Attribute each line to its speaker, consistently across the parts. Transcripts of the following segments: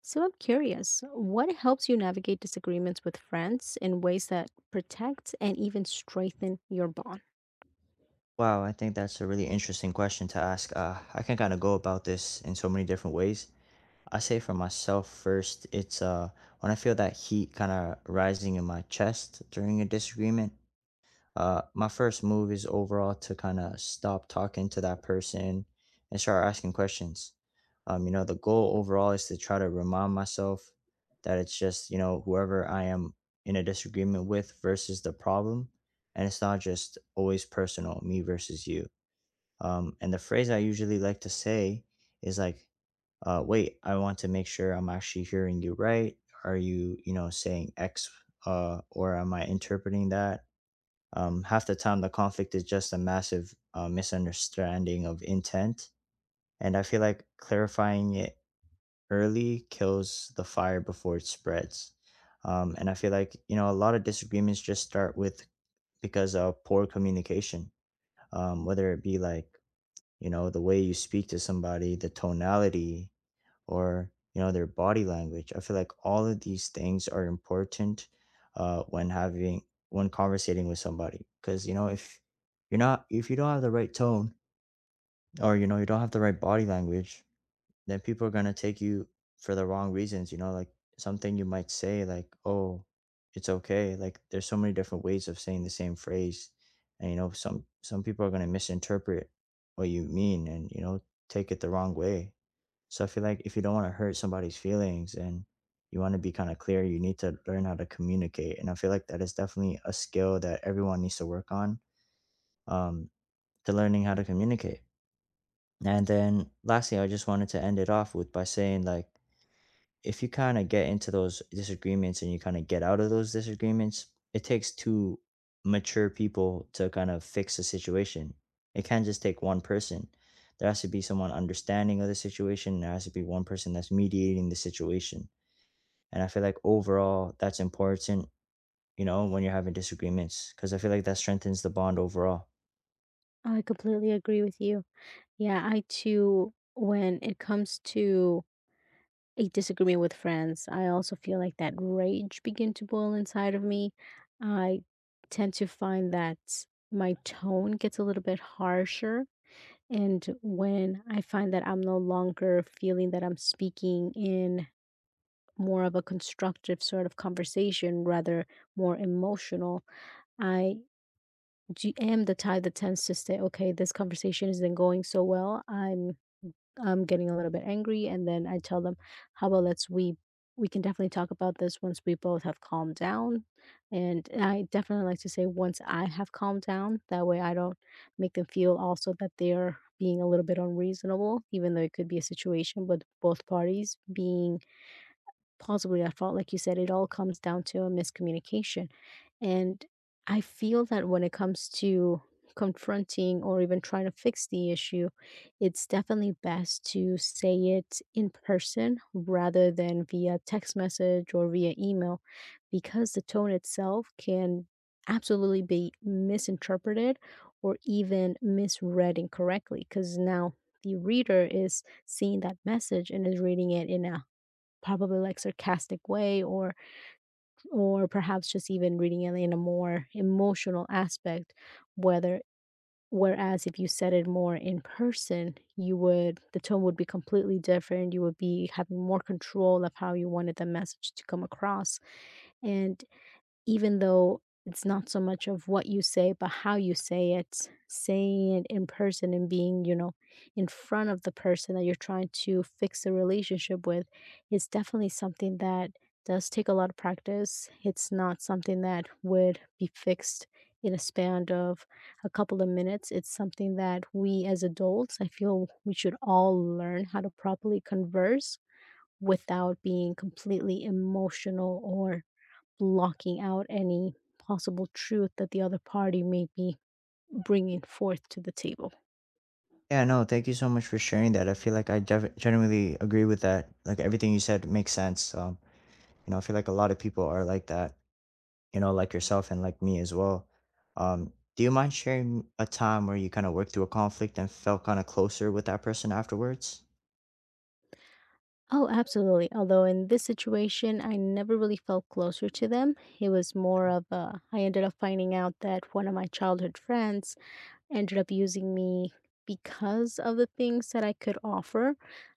Speaker 1: So I'm curious, what helps you navigate disagreements with friends in ways that protect and even strengthen your bond?
Speaker 2: Wow, I think that's a really interesting question to ask. I can kind of go about this in so many different ways. I say for myself first, it's when I feel that heat kind of rising in my chest during a disagreement. My first move is overall to kind of stop talking to that person and start asking questions. The goal overall is to try to remind myself that it's just whoever I am in a disagreement with versus the problem, and it's not just always personal, me versus you, and the phrase I usually like to say is, wait, I want to make sure I'm actually hearing you right. Are you saying X, or am I interpreting that? Half the time, the conflict is just a massive misunderstanding of intent. And I feel like clarifying it early kills the fire before it spreads. And I feel like, a lot of disagreements just start with because of poor communication, whether it be like the way you speak to somebody, the tonality, or you know their body language. I feel like all of these things are important uh, when having when conversating with somebody, because you know if you're not if you don't have the right tone or you know you don't have the right body language, then people are going to take you for the wrong reasons. You know, like something you might say, like, oh, it's okay. Like there's so many different ways of saying the same phrase, and you know some people are going to misinterpret what you mean and you know take it the wrong way. So I feel like if you don't want to hurt somebody's feelings and you want to be kind of clear, you need to learn how to communicate, and I feel like that is definitely a skill that everyone needs to work on, um to learning how to communicate. And then lastly, I just wanted to end it off with by saying, like, if you kind of get into those disagreements and you kind of get out of those disagreements, it takes two mature people to kind of fix a situation. It can't just take one person. There has to be someone understanding of the situation. There has to be one person that's mediating the situation. And I feel like overall, that's important, you know, when you're having disagreements, because I feel like that strengthens the bond overall.
Speaker 1: I completely agree with you. Yeah, I too, when it comes to a disagreement with friends, I also feel like that rage begin to boil inside of me. I tend to find that my tone gets a little bit harsher. And when I find that I'm no longer feeling that I'm speaking in more of a constructive sort of conversation, rather more emotional, I am the type that tends to say, okay, this conversation isn't going so well. I'm getting a little bit angry, and then I tell them, "How about let's we can definitely talk about this once we both have calmed down." And I definitely like to say once I have calmed down, that way I don't make them feel also that they're being a little bit unreasonable, even though it could be a situation with both parties being possibly at fault. Like you said, it all comes down to a miscommunication. And I feel that when it comes to confronting or even trying to fix the issue, it's definitely best to say it in person rather than via text message or via email, because the tone itself can absolutely be misinterpreted or even misread incorrectly, because now the reader is seeing that message and is reading it in a probably like sarcastic way, or perhaps just even reading it in a more emotional aspect, whether whereas if you said it more in person, you would, the tone would be completely different, you would be having more control of how you wanted the message to come across. And even though it's not so much of what you say, but how you say it, saying it in person and being, you know, in front of the person that you're trying to fix a relationship with is definitely something that does take a lot of practice. It's not something that would be fixed in a span of a couple of minutes. It's something that we as adults, I feel we should all learn how to properly converse without being completely emotional or blocking out any possible truth that the other party may be bringing forth to the table.
Speaker 2: Yeah, no, thank you so much for sharing that. I feel like I genuinely agree with that. Like everything you said makes sense. You know, I feel like a lot of people are like that, you know, like yourself and like me as well. Do you mind sharing a time where you kind of worked through a conflict and felt kind of closer with that person afterwards?
Speaker 1: Oh, absolutely. Although in this situation, I never really felt closer to them. It was more of a, I ended up finding out that one of my childhood friends ended up using me because of the things that I could offer.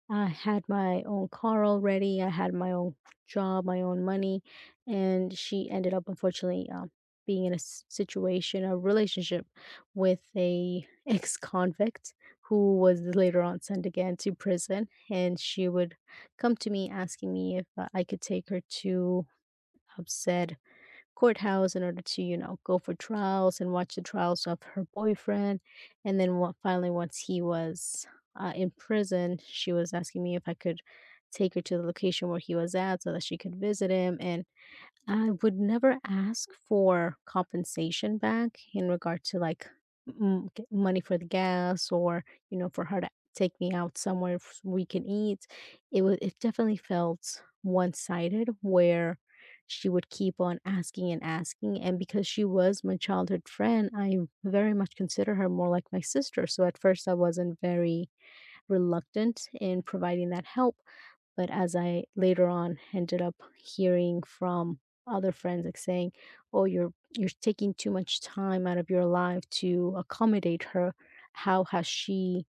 Speaker 1: I had my own car already, I had my own job, my own money, and she ended up unfortunately being in a situation, a relationship with a ex-convict who was later on sent again to prison. And she would come to me asking me if I could take her to upset courthouse in order to, you know, go for trials and watch the trials of her boyfriend. And then finally, once he was in prison, she was asking me if I could take her to the location where he was at so that she could visit him. And I would never ask for compensation back in regard to like money for the gas or, you know, for her to take me out somewhere we can eat. It definitely felt one sided, where she would keep on asking and asking. And because she was my childhood friend, I very much consider her more like my sister, so at first I wasn't very reluctant in providing that help. But as I later on ended up hearing from other friends, like saying, "Oh, you're taking too much time out of your life to accommodate her. How has she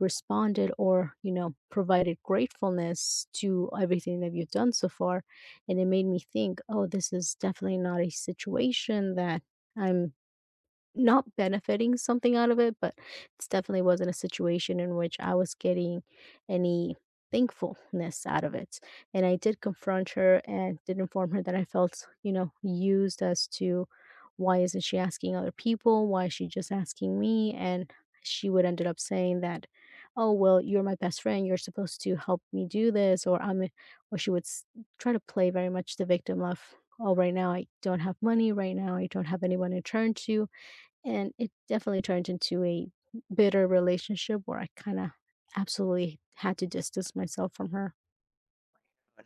Speaker 1: responded or, you know, provided gratefulness to everything that you've done so far?" And it made me think, "Oh, this is definitely not a situation that I'm not benefiting something out of it, but it's definitely wasn't a situation in which I was getting any thankfulness out of it." And I did confront her and did inform her that I felt, you know, used, as to why isn't she asking other people, why is she just asking me. And she would ended up saying that, "Oh, well, you're my best friend, you're supposed to help me do this," or I'm a, or she would s try to play very much the victim of, "Oh, right now I don't have money, right now I don't have anyone to turn to." And it definitely turned into a bitter relationship where I kinda absolutely had to distance myself from her.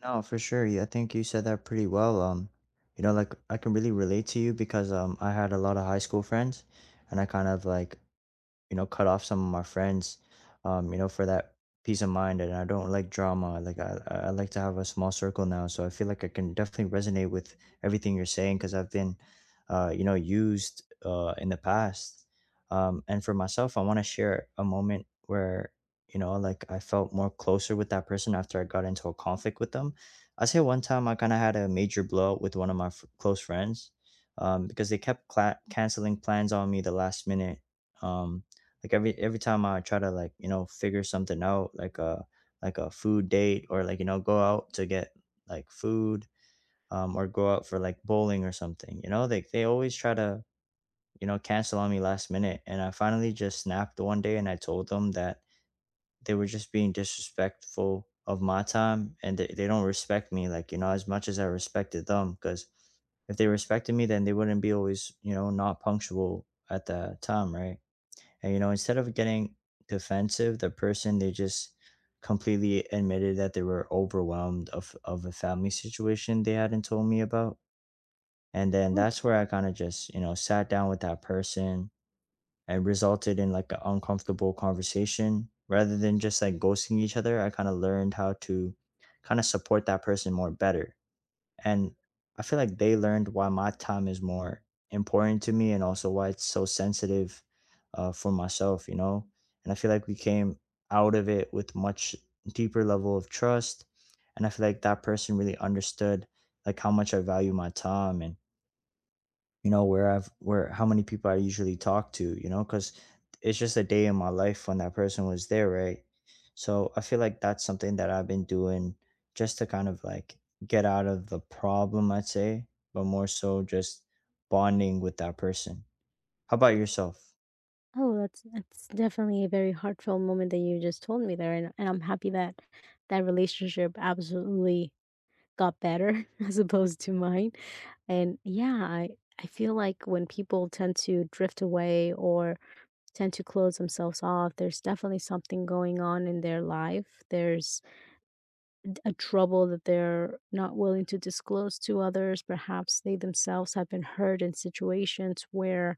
Speaker 2: No, for sure. Yeah, I think you said that pretty well. You know, like I can really relate to you because I had a lot of high school friends and I kind of like, you know, cut off some of my friends, you know, for that peace of mind. And I don't like drama. Like I like to have a small circle now. So I feel like I can definitely resonate with everything you're saying because I've been, you know, used in the past. And for myself, I want to share a moment where, you know, like I felt more closer with that person after I got into a conflict with them. I say one time I kind of had a major blowout with one of my close friends because they kept cla canceling plans on me the last minute. Um, like every time I try to like, you know, figure something out, like a food date or, like, you know, go out to get like food, or go out for like bowling or something, you know, like they always try to, you know, cancel on me last minute. And I finally just snapped one day and I told them that they were just being disrespectful of my time, and they don't respect me like, you know, as much as I respected them, because if they respected me, then they wouldn't be always, you know, not punctual at the time, right? And you know, instead of getting defensive, the person they just completely admitted that they were overwhelmed of a family situation they hadn't told me about. And then
Speaker 1: Oh,
Speaker 2: that's where I kind of just, you know, sat down with that person and resulted in like an uncomfortable conversation. Rather than just like ghosting each other, I kind of learned how to kind of support that person more better, and I feel like they learned why my time is more important to me, and also why it's so sensitive, for myself, you know? And I feel like we came out of it with much deeper level of trust. And I feel like that person really understood like how much I value my time, and you know where I've where how many people I usually talk to, you know, because it's just a day in my life when that person was there, right? So I feel like that's something that I've been doing just to kind of like get out of the problem, I'd say, but more so just bonding with that person. How about yourself?
Speaker 1: oh, that's definitely a very heartfelt moment that you just told me there, and I'm happy that that relationship absolutely got better as opposed to mine. And yeah, I feel like when people tend to drift away or tend to close themselves off, there's definitely something going on in their life. There's a trouble that they're not willing to disclose to others. Perhaps they themselves have been hurt in situations where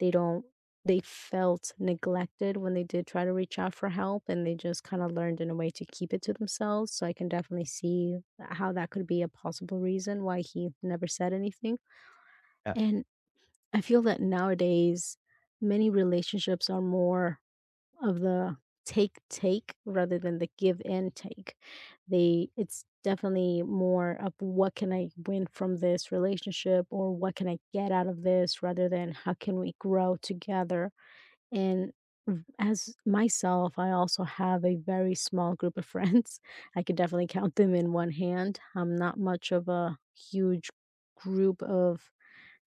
Speaker 1: they don't they felt neglected when they did try to reach out for help, and they just kind of learned in a way to keep it to themselves. So I can definitely see how that could be a possible reason why he never said anything.
Speaker 2: Yeah,
Speaker 1: And I feel that nowadays many relationships are more of the take take rather than the give and take. They It's definitely more of what can I win from this relationship or what can I get out of this rather than how can we grow together. And as myself, I also have a very small group of friends. I could definitely count them in one hand. I'm not much of a huge group of,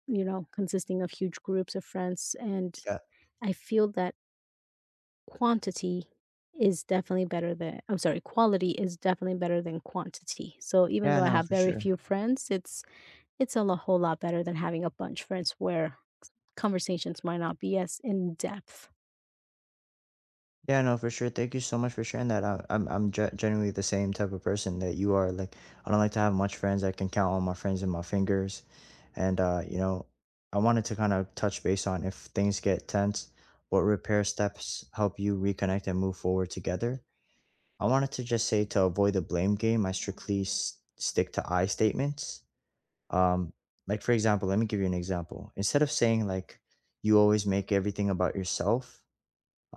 Speaker 1: you know, consisting of huge groups of friends. And
Speaker 2: yeah,
Speaker 1: I feel that Quantity is definitely better than, I'm sorry, quality is definitely better than quantity. So even
Speaker 2: yeah,
Speaker 1: though I
Speaker 2: no,
Speaker 1: have
Speaker 2: for
Speaker 1: very
Speaker 2: sure.
Speaker 1: few friends, it's a whole lot better than having a bunch of friends where conversations might not be as in depth.
Speaker 2: Yeah, no, for sure. Thank you so much for sharing that. I'm generally the same type of person that you are. Like, I don't like to have much friends. I can count on my friends in my fingers, and you know, I wanted to kind of touch base on if things get tense, what repair steps help you reconnect and move forward together. I wanted to just say to avoid the blame game, I strictly stick to I statements. Um, like for example, let me give you an example. Instead of saying like, "You always make everything about yourself,"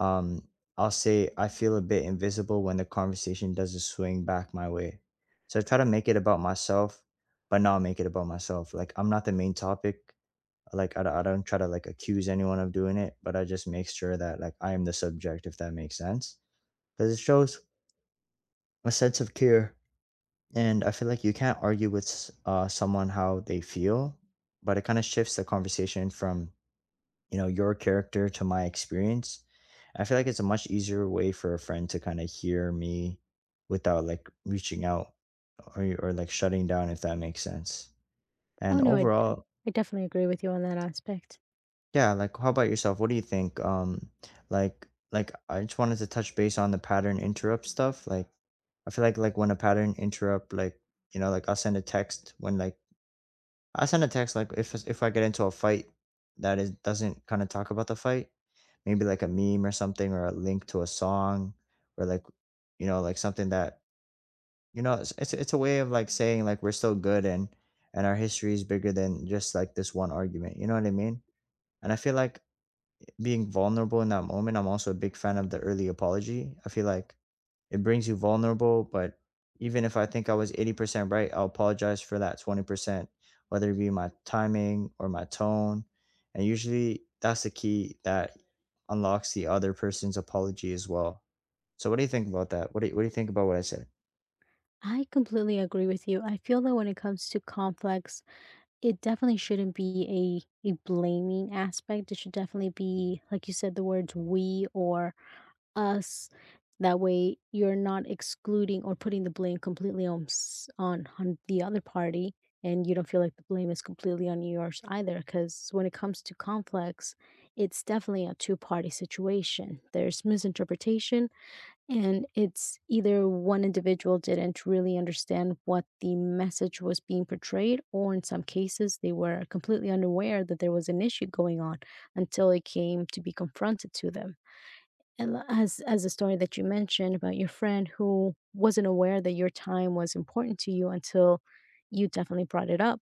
Speaker 2: um, I'll say I feel a bit invisible when the conversation doesn't swing back my way. So I try to make it about myself, but not make it about myself. Like I'm not the main topic. Like I don't try to like accuse anyone of doing it, but I just make sure that like I am the subject, if that makes sense. Because it shows a sense of care. And I feel like you can't argue with someone how they feel, but it kind of shifts the conversation from you know your character to my experience. I feel like it's a much easier way for a friend to kind of hear me without like reaching out or like shutting down, if that makes sense.
Speaker 1: Oh
Speaker 2: And
Speaker 1: no,
Speaker 2: overall,
Speaker 1: I definitely agree with you on that aspect.
Speaker 2: yeah, like how about yourself? What do you think? Um, like like I just wanted to touch base on the pattern interrupt stuff. Like I feel like when a pattern interrupt, like, you know, like I send a text, like if I get into a fight that is doesn't kind of talk about the fight, maybe like a meme or something or a link to a song or like, you know, like something that you know it's a way of like saying like we're still good, and our history is bigger than just like this one argument. You know what I mean? And I feel like being vulnerable in that moment, I'm also a big fan of the early apology. I feel like it brings you vulnerable. But even if I think I was 80% right, I'll apologize for that 20%, whether it be my timing or my tone. And usually that's the key that unlocks the other person's apology as well. So, what do you think about that? What do you think about what I said?
Speaker 1: I completely agree with you. I feel that when it comes to complex, it definitely shouldn't be a blaming aspect. It should definitely be like you said the words we or us. That way, you're not excluding or putting the blame completely on on the other party, and you don't feel like the blame is completely on yours either. Because when it comes to conflicts, it's definitely a two party situation. There's misinterpretation, and it's either one individual didn't really understand what the message was being portrayed, or in some cases, they were completely unaware that there was an issue going on until it came to be confronted to them. And as the story that you mentioned about your friend who wasn't aware that your time was important to you, until you definitely brought it up.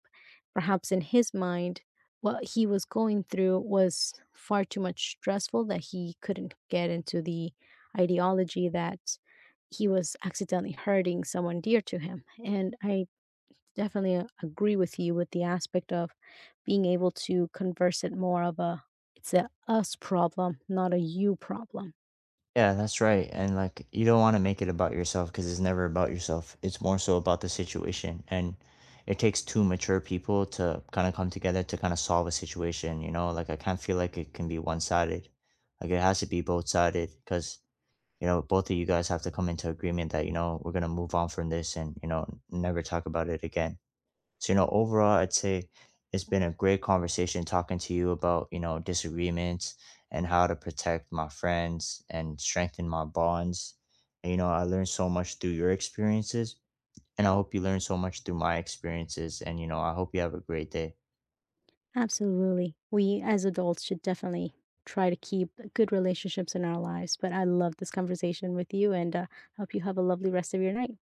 Speaker 1: Perhaps in his mind, what he was going through was far too much stressful that he couldn't get into the ideology that he was accidentally hurting someone dear to him. And I definitely agree with you with the aspect of being able to converse it more of a, it's a us problem, not a you problem.
Speaker 2: Yeah, that's right, and like, you don't wanna make it about yourself because it's never about yourself, it's more so about the situation, and it takes 2 mature people to kinda come together to kinda solve a situation, you know? Like, I can't feel like it can be one-sided. Like, it has to be both-sided sided because you know, both of you guys have to come into agreement that, you know, "We're gonna move on from this and, you know, never talk about it again." So, you know, overall, I'd say it's been a great conversation talking to you about, you know, disagreements and how to protect my friends and strengthen my bonds. And, you know, I learned so much through your experiences, and I hope you learned so much through my experiences. And, you know, I hope you have a great day.
Speaker 1: Absolutely. We as adults should definitely try to keep good relationships in our lives. But I love this conversation with you, and hope you have a lovely rest of your night.